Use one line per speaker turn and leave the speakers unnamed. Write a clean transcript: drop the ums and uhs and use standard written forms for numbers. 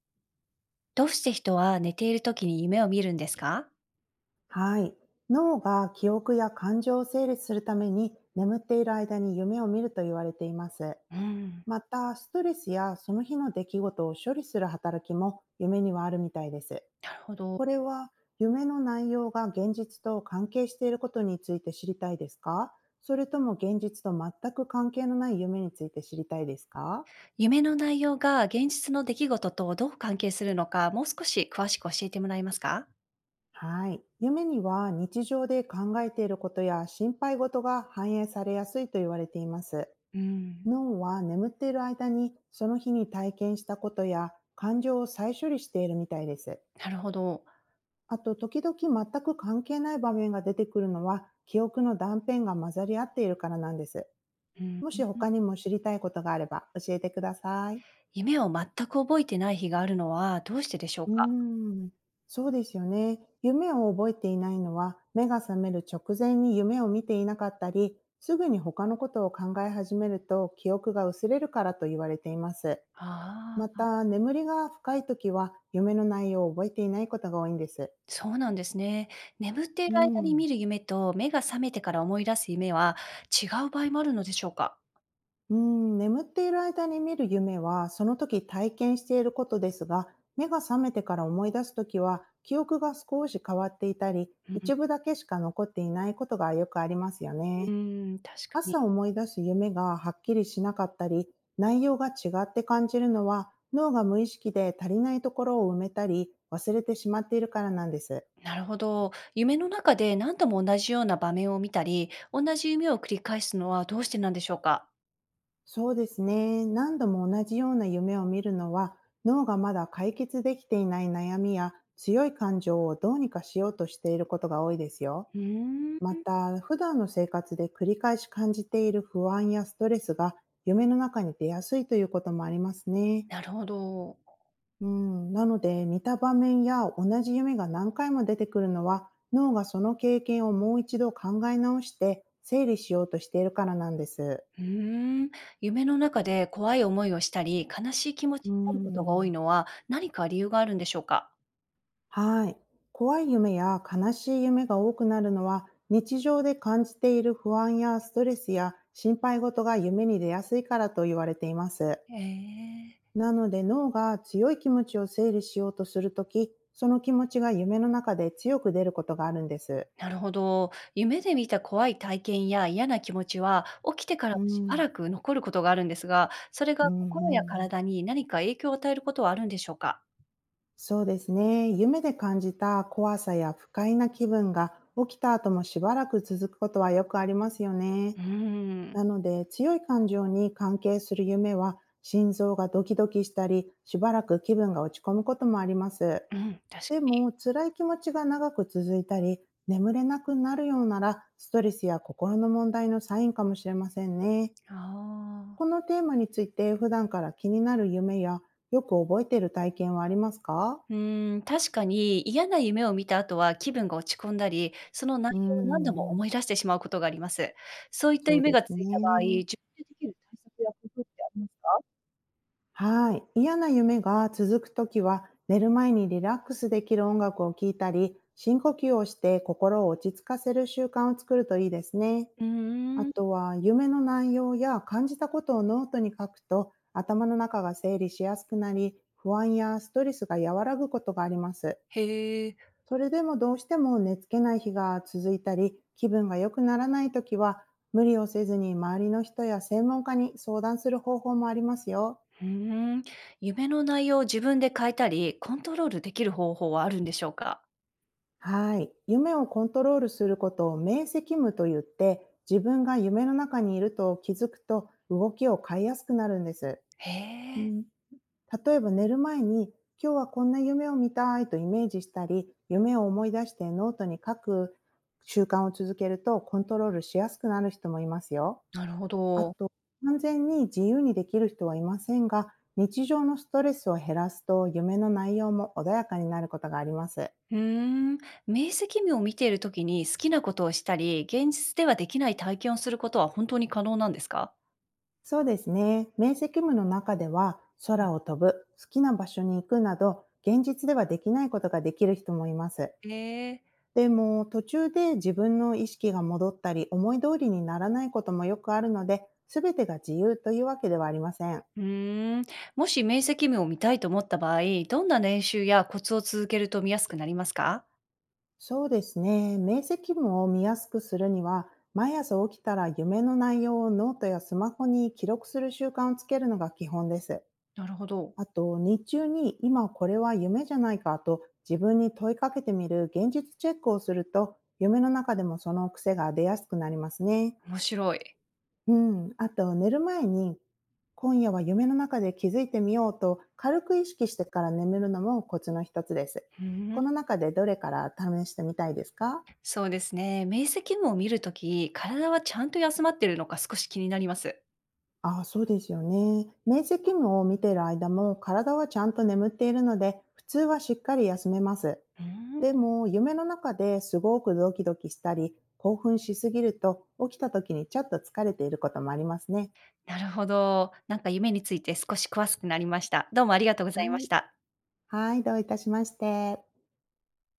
どうして人は寝ている時に夢を見るんですか？
はい。脳が記憶や感情を整理するために眠っている間に夢を見ると言われています。
うん、
また、ストレスやその日の出来事を処理する働きも夢にはあるみたいです。
なるほど。
これは夢の内容が現実と関係していることについて知りたいですか？それとも現実と全く関係のない夢について知りたいですか？
夢の内容が現実の出来事とどう関係するのか、もう少し詳しく教えてもらえますか？
はい。夢には日常で考えていることや心配事が反映されやすいと言われています。
うん、
脳は眠っている間にその日に体験したことや感情を再処理しているみたいです。
なるほど。
あと、時々全く関係ない場面が出てくるのは記憶の断片が混ざり合っているからなんです。
うん、
もし他にも知りたいことがあれば教えてください。
夢を全く覚えてない日があるのはどうしてでしょう
う
か？
ーん、そうですよね。夢を覚えていないのは目が覚める直前に夢を見ていなかったり、すぐに他のことを考え始めると記憶が薄れるからと言われています。
あ
ま
あ、
た、眠りが深いときは、夢の内容を覚えていないことが多いんです。
そうなんですね。眠ってい
う
る間に
ん。
見る夢と目が覚めてから思い出す夢は違う場合もあるのでしょうか？
うん、眠っている間に見る夢は、その時体験していることですが、目が覚めてから思い出すときは、記憶が少し変わっていたり、
うん、
一部だけしか残っていないことがよくありますよ
う
ね。
ん確かに。
朝思い出す夢がはっきりしなかったり、内容が違って感じるのは、脳が無意識で足りないところを埋めたり、忘れてしまっているからなんです。
なるほど。夢の中で何度も同じような場面を見たり、同じ夢を繰り返すのはどうしてなんでしょうか？
そうですね。何度も同じような夢を見るのは、脳がまだ解決できていない悩みや強い感情をどうにかしようとしていることが多いですよ。
うー
ま
ん、
た、普段の生活で繰り返し感じている不安やストレスが夢の中に出やすいということもありますね。
なるほど。
うん、なので、似た場面や同じ夢が何回も出てくるのは、脳がその経験をもう一度考え直して整理しようとしているからなんです。
うーん。夢の中で怖い思いをしたり、悲しい気持ち
う
になることが多
ん、
いのは何か理由があるんでしょうか？
はい。怖い夢や悲しい夢が多くなるのは、日常で感じている不安やストレスや心配事が夢に出やすいからと言われています。
ええ、
なので脳が強い気持ちを整理しようとするとき、その気持ちが夢の中で強く出ることがあるんです。
なるほど。夢で見た怖い体験や嫌な気持ちは起きてから
う
もしば
ん。
らく残ることがあるんですが、それ
う
が
ん
心
う
や
ん、
体に何か影響を与えることはあるんでしょうか？
そうですね。夢で感じた怖さや不快な気分が起きた後もしばらく続くことはよくありますよね。
うーん。
なので、強い感情に関係する夢は、心臓がドキドキしたり、しばらく気分が落ち込むこともあります。
うん、確
で
かに。
も、辛い気持ちが長く続いたり、眠れなくなるようなら、ストレスや心の問題のサインかもしれませんね。
あ
この
あ。
テーマについて、普段から気になる夢や、よく覚えている体験はありますか？
うーん、確かに嫌な夢を見た後は気分が落ち込んだり、その内
うー
容を何度も
ん、
思い出してしまうことがあります。そういった
そう
夢
で
がつ
す
いた場合、
ね。
自分でできる対策や工夫ってありますか？
はい。嫌な夢が続くときは、寝る前にリラックスできる音楽を聴いたり、深呼吸をして心を落ち着かせる習慣を作るといいですね。
う
あ
ー
と
ん。
は、夢の内容や感じたことをノートに書くと、頭の中が整理しやすくなり、不安やストレスが和らぐことがあります。
へえ。
それでもどうしても寝つけない日が続いたり、気分が良くならないときは、無理をせずに周りの人や専門家に相談する方法もありますよ。
うーん。夢の内容を自分で変えたり、コントロールできる方法はあるんでしょうか？
はい。夢をコントロールすることを明晰夢と言って、自分が夢の中にいると気づくと動きを変えやすくなるんです。
へ
う
え、
ん、例えば寝る前に、今日はこんな夢を見たいとイメージしたり、夢を思い出してノートに書く習慣を続けるとコントロールしやすくなる人もいますよ。
なるほ
あ
ど。
と、完全に自由にできる人はいませんが、日常のストレスを減らすと夢の内容も穏やかになることがあります。
うーん。明晰夢を見ている時に好きなことをしたり、現実ではできない体験をすることは本当に可能なんですか？
そうですね。面積夢の中では、空を飛ぶ、好きな場所に行くなど、現実ではできないことができる人もいます。
へえ。
でも、途中で自分の意識が戻ったり、思い通りにならないこともよくあるので、すべてが自由というわけではありません。
うーん。もし面積夢を見たいと思った場合、どんな練習やコツを続けると見やすくなりますか？
そうですね。明晰夢を見やすくするには、毎朝起きたら夢の内容をノートやスマホに記録する習慣をつけるのが基本です。
なるほど。
あと、日中に今これは夢じゃないかと自分に問いかけてみる現実チェックをすると、夢の中でもその癖が出やすくなりますね。
面白い。
うん。あと、寝る前に今夜は夢の中で気づいてみようと軽く意識してから眠るのもコツの一つです。
うん、
この中でどれから試してみたいですか？
そうですね。明晰夢を見るとき、体はちゃんと休まってるのか少し気になります。
ああ、そうですよね。明晰夢を見ている間も体はちゃんと眠っているので、普通はしっかり休めます。
うん。
でも、夢の中ですごくドキドキしたり、興奮しすぎると、起きた時にちょっと疲れていることもありますね。
なるほど。なんか夢について少し詳しくなりました。どうもありがとうござ
は
いまし
い。
た。
はい、どういたしまして。